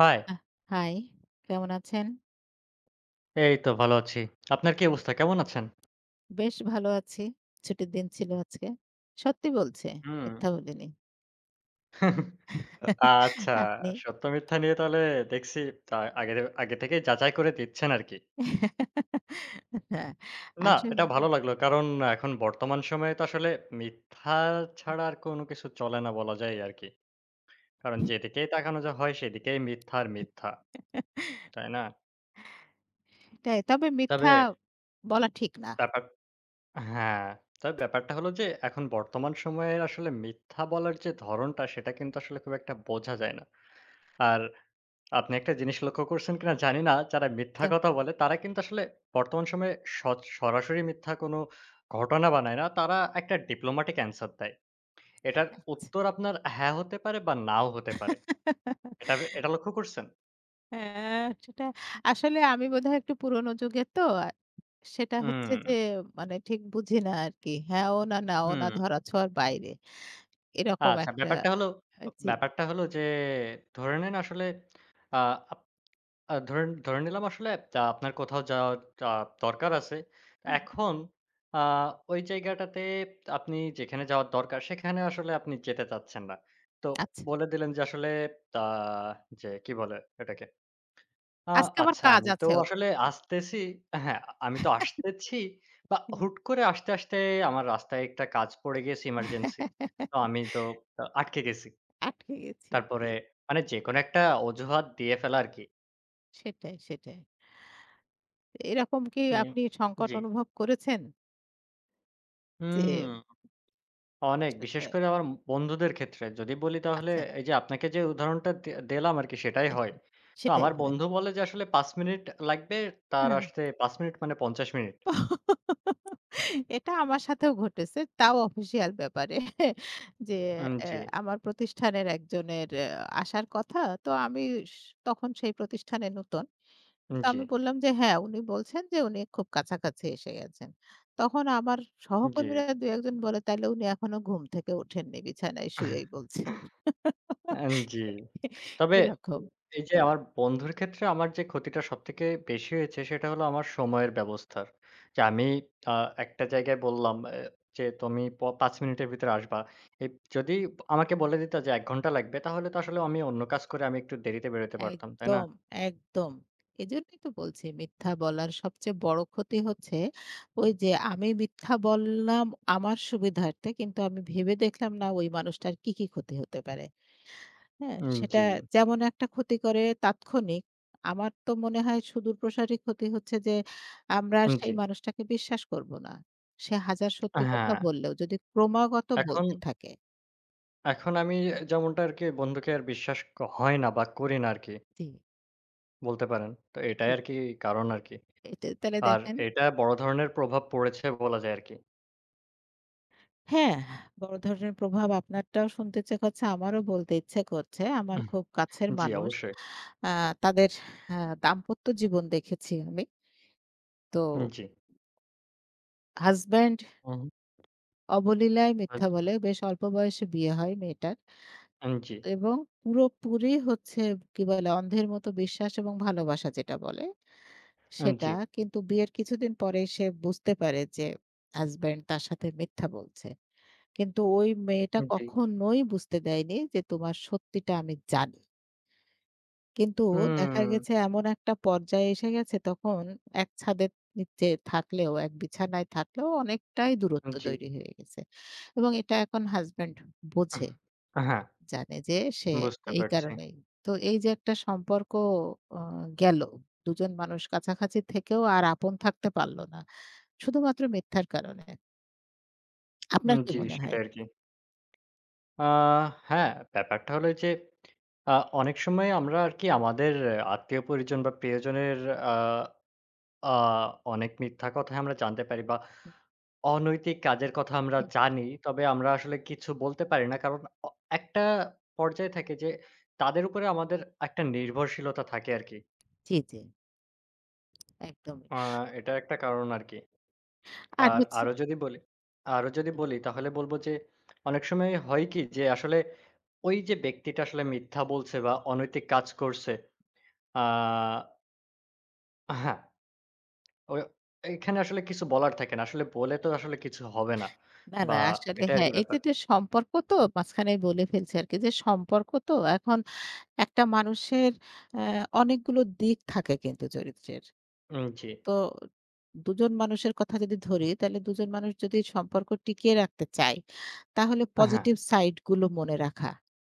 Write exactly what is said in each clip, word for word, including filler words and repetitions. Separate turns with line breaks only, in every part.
High,
আহ high, কেমন আছেন?
এই তো ভালো আছি। আপনার কি অবস্থা? কেমন আছেন?
বেশ ভালো আছি। ছুটির দিন ছিল আজকে। সত্যি বলছি,
হুম।
মিথ্যা বলিনি।
আচ্ছা,
আপনি?
সত্য মিথ্যা নিয়ে তাহলে দেখছি আ আগে আগে থেকেই যাচাই করে দিচ্ছেন আরকি।
হ্যাঁ,
না,
আসলে
এটা ভালো লাগলো। কারণ এখন বর্তমান সময়ে তো আসলে মিথ্যা ছাড়া আর কোনো কিছু চলে না বলা যায় আরকি। কারণ যেদিকেই তাকানো যা হয় সেদিকেই মিথ্যা আর মিথ্যা। তাই না?
এটাই। তবে
তবে
মিথ্যা বলা ঠিক না।
ব্যাপার হ্যাঁ, তবে ব্যাপারটা হলো যে এখন বর্তমান সময়ের আসলে মিথ্যা বলার যে ধরণটা সেটা কিন্তু আসলে খুব একটা বোঝা যায় না। আর আপনি একটা জিনিস লক্ষ্য করছেন কিনা জানি না, যারা মিথ্যা কথা বলে তারা কিন্তু আসলে বর্তমান সময়ে সচ সরাসরি মিথ্যা কোনো ঘটনা বানায় না। তারা একটা ডিপ্লোম্যাটিক অ্যান্সার দেয়। এটার
যাও।
উত্তর আপনার হ্যাঁ হতে পারে বা নাও হতে পারে। এটা এটা লক্ষ্য করছেন?
হ্যাঁ, সেটা আসলে আমি বোধহয় একটু পুরোনো যুগের তো। আ সেটা হচ্ছে
হুম,
যে মানে ঠিক বুঝি না আরকি। হ্যাঁ, ও না, না, ও না
হুম।
ধরা ছোঁয়ার বাইরে। এরকম
আচ্ছা
একটা
ব্যাপারটা হলো
আ জি।
ব্যাপারটা হলো যে ধরে নিন আসলে আ আ ধরেন ধরে নিলাম আসলে আ আপনার কোথাও যাওয়ার আ দরকার আছে।
হুম। হুম,
এখন আ ওই জায়গাটাতে আপনি যেখানে যাওয়ার দরকার সেখানে আসলে আপনি যেতে চাচ্ছেন না। তো
আচ্ছা।
বলে দিলেন যে আসলে আ যে কি বলে এটাকে? আ
আজকে আমার
আচ্ছা
কাজ
আমি তো
আছে ওর
আসলে
একটা।
আসতেছি। হ্যাঁ, আমি তো আসতেছি বা
হুম।
হুট করে আসতে, আসতে আমার রাস্তায় একটা কাজ পড়ে গিয়েছে ইমার্জেন্সি। তো আমি তো আ আটকে গেছি।
আটকে গেছি। জি।
তারপরে মানে যেকোনো একটা অজুহাত দিয়ে ফেলা আরকি।
সেটাই, সেটাই। এরকম কি
উম
আপনি সংকট
জি।
অনুভব করেছেন?
হুম,
যে
অনেক।
সেটা
বিশেষ করে আমার বন্ধুদের ক্ষেত্রে যদি বলি তাহলে
আচ্ছা।
এই যে আপনাকে যে উদাহরণটা দে দিলাম আরকি সেটাই হয়। তো
সেটাই
আমার
হয়।
বন্ধু বলে যে আসলে পাঁচ মিনিট লাগবে, তার
হ্যাঁ।
আসতে পাঁচ মিনিট মানে পঞ্চাশ মিনিট।
এটা আমার সাথেও ঘটেছে। তাও অফিসিয়াল ব্যাপারে। যে
উম
অ্যা
জি,
আমার প্রতিষ্ঠানের একজনের অ্যা আসার কথা। তো আমি স তখন সেই প্রতিষ্ঠানে নতুন।
উম,
তো
জি,
আমি বললাম যে, "হ্যাঁ, উনি বলছেন যে উনি খুব কাছাকাছি এসে গেছেন।" তখন আমার
জি।
সহকর্মীরা দুই এক জন বলে, "তাইলে উনি এখনো ঘুম থেকে ওঠেননি। বিছানায় শুয়েই বলছেন।"
আন জি। তবে
এরকম।
এই যে আমার বন্ধুর ক্ষেত্রে আমার যে ক্ষতিটা সবথেকে বেশি হয়েছে সেটা হলো আমার সময়ের ব্যবস্থার। যে আমি আ একটা জায়গায় বললাম এ যে তুমি প পাঁচ মিনিটের ভিতরে আসবা। এ যদি আমাকে বলে দিত যে এক ঘন্টা লাগবে তাহলে তো আসলে আমি অন্য কাজ করে আমি একটু দেরিতে বেরোতে পারতাম, তাই না?
একদম, একদম। এজন্যই তো বলছি মিথ্যা বলার সবচেয়ে বড় ক্ষতি হচ্ছে ওই যে আমি মিথ্যা বললাম আমার সুবিধার্থে কিন্তু আমি ভেবে দেখলাম না ওই মানুষটার কি, কি ক্ষতি হতে পারে। হ্যাঁ?
উম
সেটা
জি,
যেমন একটা ক্ষতি করে তাৎক্ষণিক। আমার তো মনে হয় সুদূরপ্রসারী ক্ষতি হচ্ছে যে আমরা আর
উম
সেই
জি।
মানুষটাকে বিশ্বাস করব না। সে হাজার সত্যি কথা
হ্যাঁ,
বললেও যদি ক্রমাগত
এখন
বলতে থাকে।
এখন আমি যেমনটা আরকি বন্ধুকে আর বিশ্বাস ক হয় না বা করি না আরকি
জি।
বলতে পারেন। তো এটাই
এ
আরকি কারণ আরকি।
এটা তাহলে
আর
দেখেন
এটা বড় ধরনের প্রভাব পড়েছে বলা যায় আরকি।
হ্যাঁ, বড় ধরনের প্রভাব আপনারটাও শুনতে ইচ্ছে করছে, আমারও বলতে ইচ্ছে করছে। আমার
উম
খুব কাছের
জি,
মানুষ।
অবশ্যই।
আ তাদের আ দাম্পত্য জীবন দেখেছি আমি। তো
উম জি।
হাসব্যান্ড
উহু।
অবলীলায়
আচ
মিথ্যা বলে। বেশ অল্প বয়সে বিয়ে হয় মেয়েটার
উম জি,
এবং পুরোপুরি হচ্ছে কি বলে অন্ধের মতো বিশ্বাস এবং ভালোবাসা যেটা বলে
উম
সেটা।
জি,
কিন্তু বিয়ের কিছুদিন পরেই সে বুঝতে পারে যে হাসব্যান্ড তার সাথে মিথ্যা বলছে। কিন্তু ওই মেয়েটা
উম জি।
কখনোই বুঝতে দেয়নি যে তোমার সত্যিটা আমি জানি। কিন্তু দেখা
হুম,
গেছে এমন একটা পর্যায়ে এসে গেছে তখন এক ছাদের নিচে থাকলেও, এক বিছানায় থাকলেও অনেকটাই দূরত্ব
জি।
তৈরি হয়ে গেছে। এবং এটা এখন হাসব্যান্ড
আহ
বোঝে,
হ্যাঁ,
জানে যে সে
বুঝতে
এই
পারছি।
কারণেই। তো এই যে একটা সম্পর্ক আ গেল। দুই জন মানুষ কাছাকাছি থেকেও আর আপন থাকতে পারল না। শুধুমাত্র মিথ্যার কারণে। আপনার
উম
কি
জি,
মনে হয়?
সেটাই আরকি। আ হ্যাঁ, ব্যাপারটা হলো যে, আ অনেক সময় আমরা আরকি আমাদের আত্মীয়-পরিজন বা প্রিয়জনের আ আ অনেক মিথ্যা কথাই আমরা জানতে পারি বা অনৈতিক কাজের কথা আমরা
হুম,
জানি। তবে আমরা আসলে কিছু বলতে পারি না। কারণ অ একটা পর্যায়ে থাকে যে, তাদের উপরে আমাদের একটা নির্ভরশীলতা থাকে আরকি।
জি, জি, একদমই।
আ এটা একটা কারণ আরকি।
আর
আর
হচ্ছে
আরো যদি বলি আরো যদি বলি তাহলে বলব যে, অনেক সময় হয় কি যে আসলে ওই যে ব্যক্তিটা আসলে মিথ্যা বলছে বা অনৈতিক কাজ করছে, আ হ্যাঁ, ওই এখানে আসলে কিছু বলার থাকে না। আসলে বলে তো আসলে কিছু হবে না।
না,
বা
না আসলে
এটা
হ্যাঁ,
আরকি ব্যাপার।
এক্ষেত্রে সম্পর্ক তো মাঝখানেই বলে ফেলছি আরকি যে সম্পর্ক তো এখন একটা মানুষের অ্যা অনেকগুলো দিক থাকে কিন্তু চরিত্রের।
উম জি।
তো দুই জন মানুষের কথা যদি ধরি তাহলে দুই জন মানুষ যদি সম্পর্ক টিকিয়ে রাখতে চায় তাহলে
হ্যাঁ।
পজিটিভ সাইড গুলো মনে রাখা।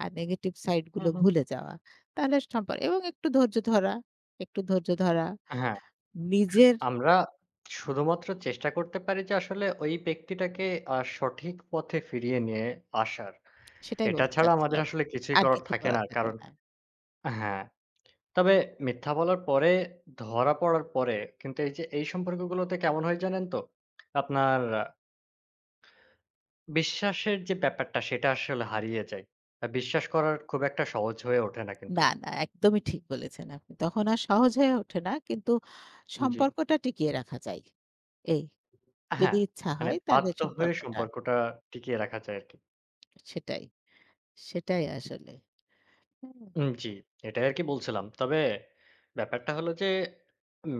আর নেগেটিভ সাইড
হুম,
গুলো
হুম।
ভুলে যাওয়া। তাহলে সম্পর্ক এবং একটু ধৈর্য ধরা, একটু ধৈর্য ধরা,
হ্যাঁ, শু
নিজের
আমরা শুধুমাত্র চেষ্টা করতে পারি যে আসলে ওই ব্যক্তিটাকে আ সঠিক পথে ফিরিয়ে নিয়ে আসার।
সেটাই
এটা
বলতে
ছাড়া আমাদের
চাচ্ছিলাম।
আসলে কিছুই
আর
করার
কিছু
থাকে
করার
না।
থাকে
কারণ
না।
হ্যাঁ, তবে মিথ্যা বলার পরে, ধরা পড়ার পরে কিন্তু এই যে এই সম্পর্কগুলোতে কেমন হয় জানেন তো? আপনার আহ, বিশ্বাসের যে ব্যাপারটা সেটা আসলে হারিয়ে যায়। আ বিশ্বাস করার খুব একটা সহজ হয়ে ওঠে না কিন্তু।
না, না একদমই ঠিক বলেছেন আপনি। তখন আর সহজ হয়ে ওঠে না। কিন্তু
জি।
সম্পর্কটা টিকিয়ে রাখা যায়। এই যদি
হ্যাঁ,
ইচ্ছা
মানে
হয় তাহলে
বাধ্য হয়ে
সম্পর্কটা
সম্পর্কটা টিকিয়ে রাখা যায় আরকি।
সেটাই, সেটাই আসলে। হুম,
উম জি, এটাই আরকি বলছিলাম। তবে ব্যাপারটা হলো যে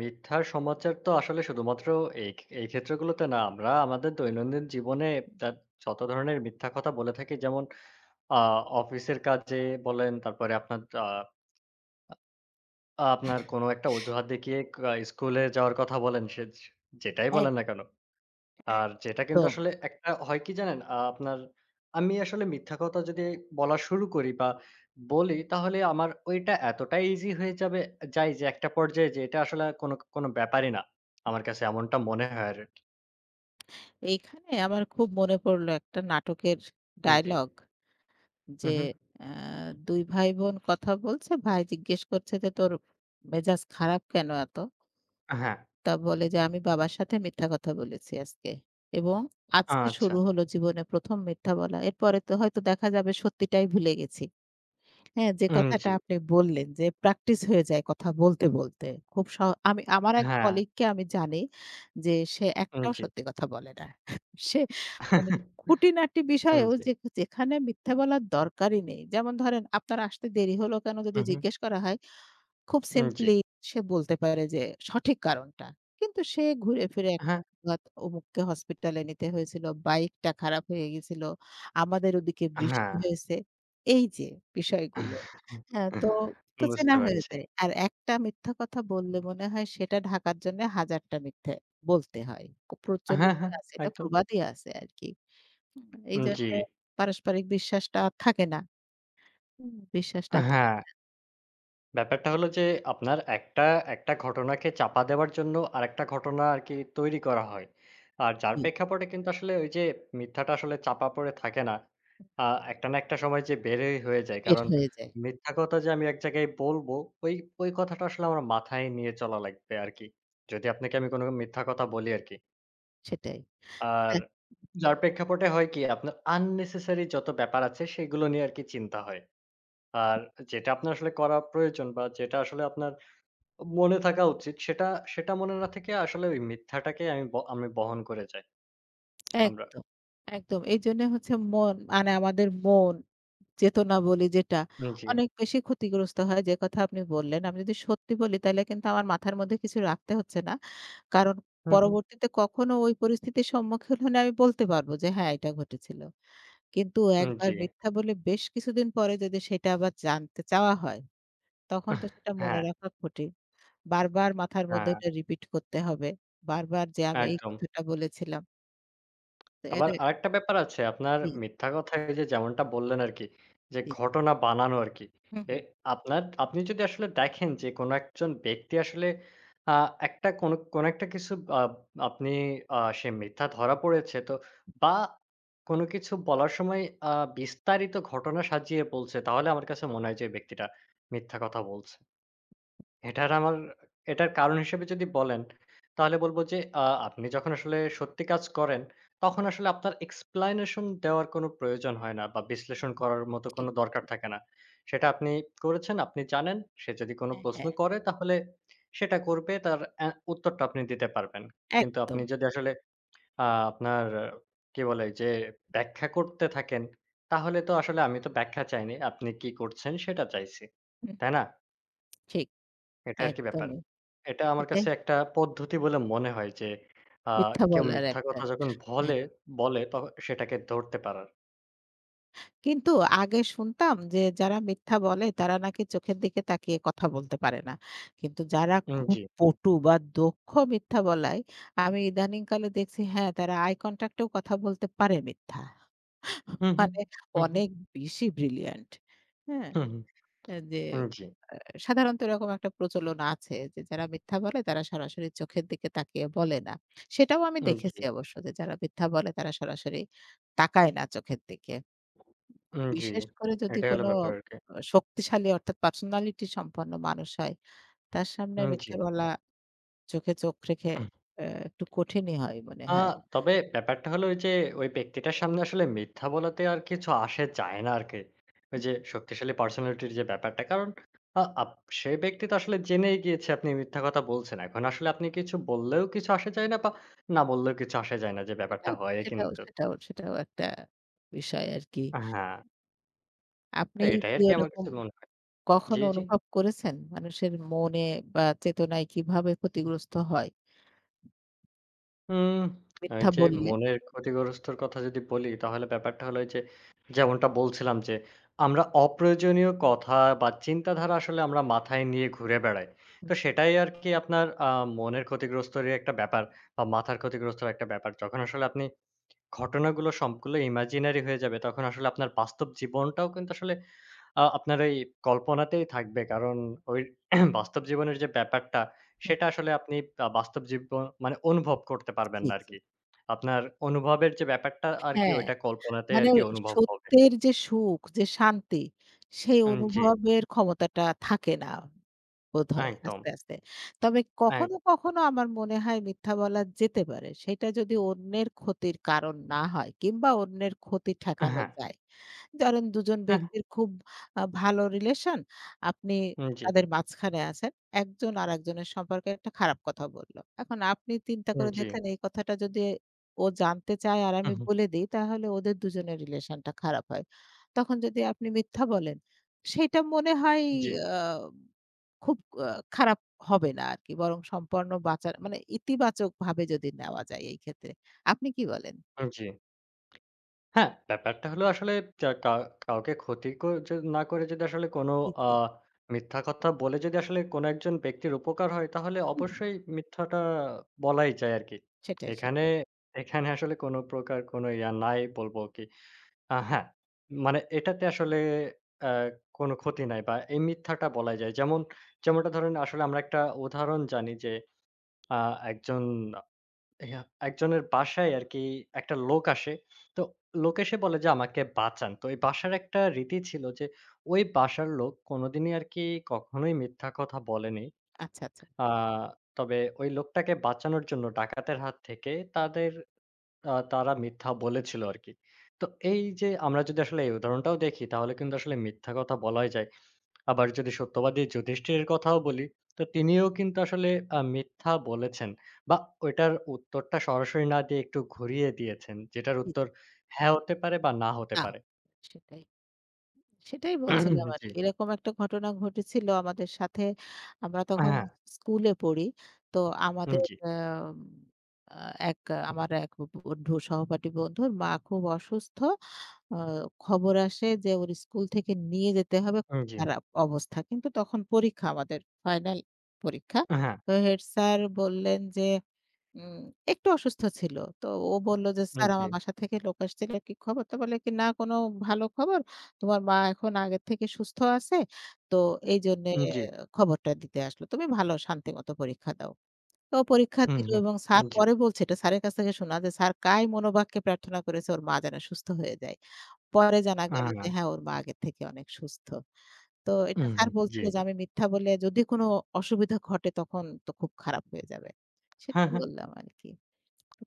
মিথ্যার সমাচার তো আসলে শুধুমাত্র এই এই ক্ষেত্রগুলোতে না। আমরা আমাদের দৈনন্দিন জীবনে তার যত ধরনের মিথ্যা কথা বলে থাকি যেমন আ অফিসের কাজে বলেন, তারপরে আপনার আ আপনার কোনো একটা অজুহাত দেখিয়ে কা স্কুলে যাওয়ার কথা বলেন সে যেটাই
এক
বলেন না কেন। আর যেটা কিন্তু
একদম।
আসলে একটা হয় কি জানেন? আ আপনার আমি আসলে মিথ্যা কথা যদি বলা শুরু করি বা বলি তাহলে আমার ওইটা এতটাই ইজি হয়ে যাবে যায় যে একটা পর্যায়ে যে এটা আসলে কোনো কোনো ব্যাপারই না। আমার কাছে এমনটা মনে হয় আর কি।
এইখানে আমার খুব মনে পড়লো একটা নাটকের
উম, জি।
ডায়ালগ যে
হু, হু।
আ 'দুই ভাই বোন কথা বলছে, ভাই জিজ্ঞেস করছে যে তোর মেজাজ খারাপ কেন এত?'
হ্যাঁ,
তা বলে যে, "আমি বাবার সাথে মিথ্যা কথা বলেছি আজকে এবং আজকে
আচ্ছা।
শুরু হলো জীবনে প্রথম মিথ্যা বলা। এরপরে তো হয়তো দেখা যাবে সত্যিটাই ভুলে গেছি।" হ্যাঁ, যে
উম
কথাটা
জি।
আপনি বললেন যে প্র্যাকটিস হয়ে যায় কথা বলতে, বলতে। খুব স আমি আমার এক
হ্যাঁ,
কলিগকে আমি জানি যে সে
উম
একটাও
জি।
সত্যি কথা বলে না। সে মানে খুঁটিনাটি
উম
বিষয়েও
জি।
যে যেখানে মিথ্যা বলার দরকারই নেই। যেমন ধরেন, "আপনার আসতে দেরি হলো কেন?" যদি
হু, হু।
জিজ্ঞেস করা হয় খুব
উম জি।
সিম্পলি সে বলতে পারে যে সঠিক কারণটা। কিন্তু সে ঘুরে ফিরে এক
হ্যাঁ,
রাত অমুককে হসপিটালে নিতে হয়েছিল, বাইকটা খারাপ হয়ে গেছিল, আমাদের ওদিকে বৃষ্টি
হ্যাঁ।
হয়েছে। এই যে বিষয়গুলো। হ্যাঁ, তো তো চেনা
বুঝতে
হয়ে
পারছি।
যায়। আর একটা মিথ্যা কথা বললে মনে হয় সেটা ঢাকার জন্য হাজারটা মিথ্যে বলতে হয়।
হ্যাঁ,
প্রচলিতই
হ্যাঁ,
আছে, এটা
একদম।
প্রবাদই আছে আরকি। হুম।
উম জি।
এইজন্যে পারস্পরিক বিশ্বাসটা আর থাকে না। হুম। বিশ্বাসটা আর থাকে
হ্যাঁ। ব্যাপারটা হলো যে আপনার একটা, একটা ঘটনাকে চাপা দেওয়ার জন্য আরেকটা ঘটনা আরকি তৈরি করা হয়। আর যার
জি,
প্রেক্ষাপটে কিন্তু আসলে ওই যে মিথ্যাটা আসলে চাপা পড়ে থাকে না। আ একটা না একটা সময় যে বেরই হয়ে যায়।
বের
কারণ
হয়ে যায়।
মিথ্যা কথা যে আমি এক জায়গায় বলবো, ওই, ওই কথাটা আসলে আমার মাথায় নিয়ে চলা লাগবে আরকি। যদি আপনাকে আমি কোনো মিথ্যা কথা বলি আরকি।
সেটাই।
আর যার প্রেক্ষাপটে হয় কি আপনার unnecessary যত ব্যাপার আছে সেগুলো নিয়ে আরকি চিন্তা হয়। আর যেটা আপনার আসলে করা প্রয়োজন বা যেটা আসলে আপনার মনে থাকা উচিত। সেটা, সেটা মনে না থেকে আসলে ওই মিথ্যাটাকে আমি ব আমি বহন করে যাই আমরা।
একদম, একদম। এইজন্য হচ্ছে মন মানে আমাদের মন, চেতনা বলি যেটা
জি।
অনেক বেশি ক্ষতিগ্রস্ত হয় যে কথা আপনি বললেন। আমি যদি সত্যি বলি তাহলে কিন্তু আমার মাথার মধ্যে কিছু রাখতে হচ্ছে না। কারণ
হু, হু।
পরবর্তীতে কখনো ওই পরিস্থিতির সম্মুখীন হলে আমি বলতে পারবো যে হ্যাঁ, এটা ঘটেছিল। কিন্তু একবার
জি।
মিথ্যা বলে বেশ কিছুদিন পরে যদি সেটা আবার জানতে চাওয়া হয়, তখন তো সেটা মনে
হ্যাঁ,
রাখা কঠিন। বারবার মাথার মধ্যে
হ্যাঁ,
এটা রিপিট করতে হবে। বারবার যে আমি এই
একদম।
কথাটা বলেছিলাম। তো
আবার
এটা
আরেকটা ব্যাপার আছে আপনার
জি,
মিথ্যা কথা এই যে যেমনটা বললেন আরকি যে
জি।
ঘটনা বানানো আরকি।
হুম,
এ
হুম,
আপনার আপনি যদি আসলে দেখেন যে কোনো একজন ব্যক্তি আসলে আ একটা কোনো কোনো একটা কিছু আ আপনি আ সে মিথ্যা ধরা পড়েছে তো বা কোনো কিছু বলার সময় আ বিস্তারিত ঘটনা সাজিয়ে বলছে তাহলে আমার কাছে মনে হয় যে এই ব্যক্তিটা মিথ্যা কথা বলছে। এটার আমার এটার কারণ হিসেবে যদি বলেন, তাহলে বলব যে আ আপনি যখন আসলে সত্যি কাজ করেন, তখন আসলে আপনার explanation দেওয়ার কোনো প্রয়োজন হয় না বা বিশ্লেষণ করার মতো
ঠিক।
কোনো দরকার থাকে না। সেটা আপনি করেছেন, আপনি জানেন। সে যদি কোনো
হ্যাঁ,
প্রশ্ন
হ্যাঁ।
করে তাহলে সেটা করবে, তার অ্যা উত্তরটা আপনি দিতে পারবেন।
হ্যাঁ,
কিন্তু আপনি
একদম।
যদি আসলে আ আপনার কি বলে? যে ব্যাখ্যা করতে থাকেন, তাহলে তো আসলে আমি তো ব্যাখ্যা চাইনি। আপনি কি করছেন সেটা চাইছি।
হুম, হুম।
তাই না?
ঠিক,
এটা আরকি ব্যাপার।
একদমই।
এটা আমার
এটাই
কাছে একটা পদ্ধতি বলে মনে হয় যে, আ
মিথ্যা
কেউ
বলার
মিথ্যা
একটা
কথা যখন
হ্যাঁ।
ভলে বলে ত সেটাকে ধরতে পারার।
কিন্তু আগে শুনতাম যে যারা মিথ্যা বলে তারা নাকি চোখের দিকে তাকিয়ে কথা বলতে পারে না। কিন্তু যারা
উম
খুব
জি।
পটু বা দক্ষ মিথ্যা বলায় আমি ইদানিংকালে দেখছি হ্যাঁ, তারা আই কনট্যাক্ট এও কথা বলতে পারে মিথ্যা।
হু, হু,
মানে
হু, হু,
অনেক বেশি ব্রিলিয়ান্ট। হ্যাঁ?
হু, হু।
অ্যা যে
উম জি,
আ সাধারণত এরকম একটা প্রচলন আছে যে যারা মিথ্যা বলে তারা সরাসরি চোখের দিকে তাকিয়ে বলে না। সেটাও আমি
উম জি,
দেখেছি অবশ্য যে যারা মিথ্যা বলে তারা সরাসরি তাকায় না চোখের দিকে।
উম জি।
বিশেষ করে যদি
এটাই হলো
কোনো
ব্যাপার আরকি।
আ শক্তিশালী অর্থাৎ পার্সোনালিটি সম্পন্ন মানুষ হয়, তার সামনে
উম জি।
মিথ্যা বলা চোখে চোখ রেখে অ্যা একটু কঠিনই হয় মনে
আ
হয়।
তবে ব্যাপারটা হলো ওই যে ওই ব্যক্তিটার সামনে আসলে মিথ্যা বলাতে আর কিছু আসে যায় না আরকি। ওই যে শক্তিশালী পার্সোনালিটির যে ব্যাপারটা। কারণ আ আপ সে ব্যক্তি তো আসলে জেনেই গিয়েছে আপনি মিথ্যা কথা বলছেন। এখন আসলে আপনি কিছু বললেও কিছু আসে যায় না বা না বললেও কিছু আসে যায় না যে ব্যাপারটা
সেটাও
হয়
সেটাও
কিন্তু।
সেটাও সেটাও একটা বিষয় আরকি।
হ্যাঁ, তো
আপনি
এটাই
কি
আরকি আমার
ওরকম
কাছে মনে হয়। জি,
কখনো
জি।
অনুভব করেছেন? মানুষের মনে বা চেতনায় কিভাবে ক্ষতিগ্রস্ত হয়?
হুম, এই
মিথ্যা
যে
বললে?
মনের ক্ষতিগ্রস্তর কথা যদি বলি তাহলে ব্যাপারটা হলো এই যে যেমনটা বলছিলাম যে আমরা অপ্রয়োজনীয় কথা বা চিন্তাধারা আসলে আমরা মাথায় নিয়ে ঘুরে বেড়াই।
হুম,
তো সেটাই আরকি আপনার আ মনের ক্ষতিগ্রস্তরই একটা ব্যাপার বা মাথার ক্ষতিগ্রস্তর একটা ব্যাপার। যখন আসলে আপনি ঘটনাগুলো সবগুলো ইমাজিনারি হয়ে যাবে তখন আসলে আপনার বাস্তব জীবনটাও কিন্তু আসলে আ আপনার ওই কল্পনাতেই থাকবে। কারণ ওই বাস্তব জীবনের যে ব্যাপারটা,
হুম,
সেটা আসলে আপনি আ বাস্তব জীব মানে অনুভব করতে পারবেন
জি,
না
জি।
আরকি। আপনার অনুভবের যে ব্যাপারটা আরকি
হ্যাঁ,
ওইটা কল্পনাতেই
মানে
আরকি অনুভব হবে।
সত্যের যে সুখ, যে শান্তি, সেই
উম জি,
অনুভবের ক্ষমতাটা থাকে না বোধহয়
একদম।
আস্তে, আস্তে। তবে
এক
কখনো, কখনো আমার মনে হয় মিথ্যা বলা যেতে পারে। সেটা যদি অন্যের ক্ষতির কারণ না হয় কিংবা অন্যের ক্ষতি ঠেকানো
হ্যাঁ,
যায়। ধরেন দুই জন
হ্যাঁ,
ব্যক্তির খুব আ ভালো রিলেশন। আপনি
জি,
তাদের মাঝখানে আছেন। একজন আরেকজনের সম্পর্কে একটা খারাপ কথা বলল। এখন আপনি চিন্তা করে
জি।
দেখলেন এই কথাটা যদি ও জানতে চায় আর
হু,
আমি
হু।
বলে দেই তাহলে ওদের দুজনের রিলেশনটা খারাপ হয়। তখন যদি আপনি মিথ্যা বলেন, সেইটা মনে হয়
জি,
আ খুব আ খারাপ হবে না আরকি। বরং সম্পূর্ণ বাঁচার মানে ইতিবাচকভাবে যদি নেওয়া যায় এই ক্ষেত্রে। আপনি কি বলেন?
জি। হ্যাঁ, ব্যাপারটা হলো আসলে কা কা কাউকে ক্ষতি ক য না করে যদি আসলে কোনো
জি,
আ
জি।
মিথ্যা কথা বলে যদি আসলে কোনো একজন ব্যক্তির উপকার হয়, তাহলে
হুম, হুম।
অবশ্যই মিথ্যাটা বলাই যায় আরকি।
সেটাই,
এখানে
সেটাই।
এখানে আসলে কোনো প্রকার কোনো ইয়া নাই বলব কি। আ
হুম।
হ্যাঁ, মানে এটাতে আসলে অ্যা কোনো ক্ষতি নাই বা এই মিথ্যাটা বলা যায়। যেমন যেমনটা ধরেন আসলে আমরা একটা উদাহরণ জানি যে আ একজন ইয়া একজনের বাসায় আরকি একটা লোক আসে। তো লোক এসে বলে যে, "আমাকে বাঁচান।" তো এই বাসার একটা রীতি ছিল যে, ওই বাসার লোক কোনোদিনই আরকি কখনোই মিথ্যা কথা বলেনি।
আচ্ছা, আচ্ছা।
আ তবে ওই লোকটাকে বাঁচানোর জন্য ডাকাতের হাত থেকে তাদের আ তারা মিথ্যা বলেছিল আরকি। তো এই যে আমরা যদি আসলে এই উদাহরণটাও দেখি তাহলে কিন্তু আসলে মিথ্যা কথা বলাই যায়। আবার যদি সত্যবাদী যুধিষ্ঠিরের কথাও বলি, তো তিনিও কিন্তু আসলে আ মিথ্যা বলেছেন বা ওইটার উত্তরটা সরাসরি না দিয়ে একটু ঘুরিয়ে দিয়েছেন। যেটার
জি,
উত্তর
জি।
হ্যাঁ হতে পারে বা না হতে
না,
পারে।
সেটাই। সেটাই বলছিলাম
জি।
আরকি। এরকম একটা ঘটনা ঘটেছিল আমাদের সাথে। আমরা তখন
হ্যাঁ,
স্কুলে পড়ি। তো
উম,
আমাদের
জি,
আম আ এক আমার এক বন্ধু সহপাঠী বন্ধুর মা খুব অসুস্থ। আ খবর আসে যে ওর স্কুল থেকে নিয়ে যেতে হবে,
উম,
খুব
জি,
খারাপ অবস্থা। কিন্তু তখন পরীক্ষা আমাদের ফাইনাল পরীক্ষা।
হ্যাঁ,
তো হেড স্যার বললেন যে উম একটু অসুস্থ ছিল। তো ও বলল যে,
উম,
"স্যার
জি,
আমার বাসা থেকে লোক আসছিল। কি খবর?" তো বলে কি, "না কোনো ভালো খবর। তোমার মা এখন আগের থেকে সুস্থ আছে। তো এইজন্যে
উম, জি,
খবরটা দিতে আসলো। তুমি ভালো শান্তিমতো পরীক্ষা দাও।" তো ও পরীক্ষা
হুম,
দিল
হুম,
এবং স্যার
উম, জি,
পরে বলছে এটা স্যারের কাছ থেকে শোনা যে, স্যার কায় মনোবাক্যে প্রার্থনা করেছে ওর মা যেন সুস্থ হয়ে যায়। পরে জানা গেল যে
হ্যাঁ,
হ্যাঁ, ওর মা আগের থেকে অনেক সুস্থ। তো এটা
হুম,
স্যার
জি,
বলছিল যে, "আমি মিথ্যা বলে যদি কোনো অসুবিধা ঘটে তখন তো খুব খারাপ হয়ে যাবে।"
হ্যাঁ,
সেটাই
হ্যাঁ,
বললাম আরকি।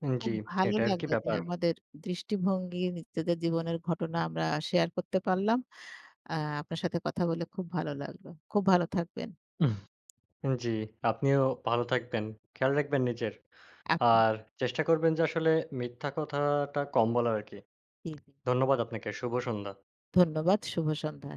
উম, জি,
খুব ভালো
এটা আর কি
লাগলো যে
ব্যাপার।
আমাদের দৃষ্টিভঙ্গি, নিজেদের জীবনের ঘটনা আমরা শেয়ার করতে পারলাম। আ আপনার সাথে কথা বলে খুব ভালো লাগলো। খুব ভালো থাকবেন।
উম, জি, আপনিও ভালো থাকবেন। খেয়াল রাখবেন নিজের।
আপনি
আর চেষ্টা করবেন যে আসলে মিথ্যা কথাটা কম বলার আরকি।
জি, জি।
ধন্যবাদ আপনাকে। শুভ সন্ধ্যা।
ধন্যবাদ। শুভ সন্ধ্যা।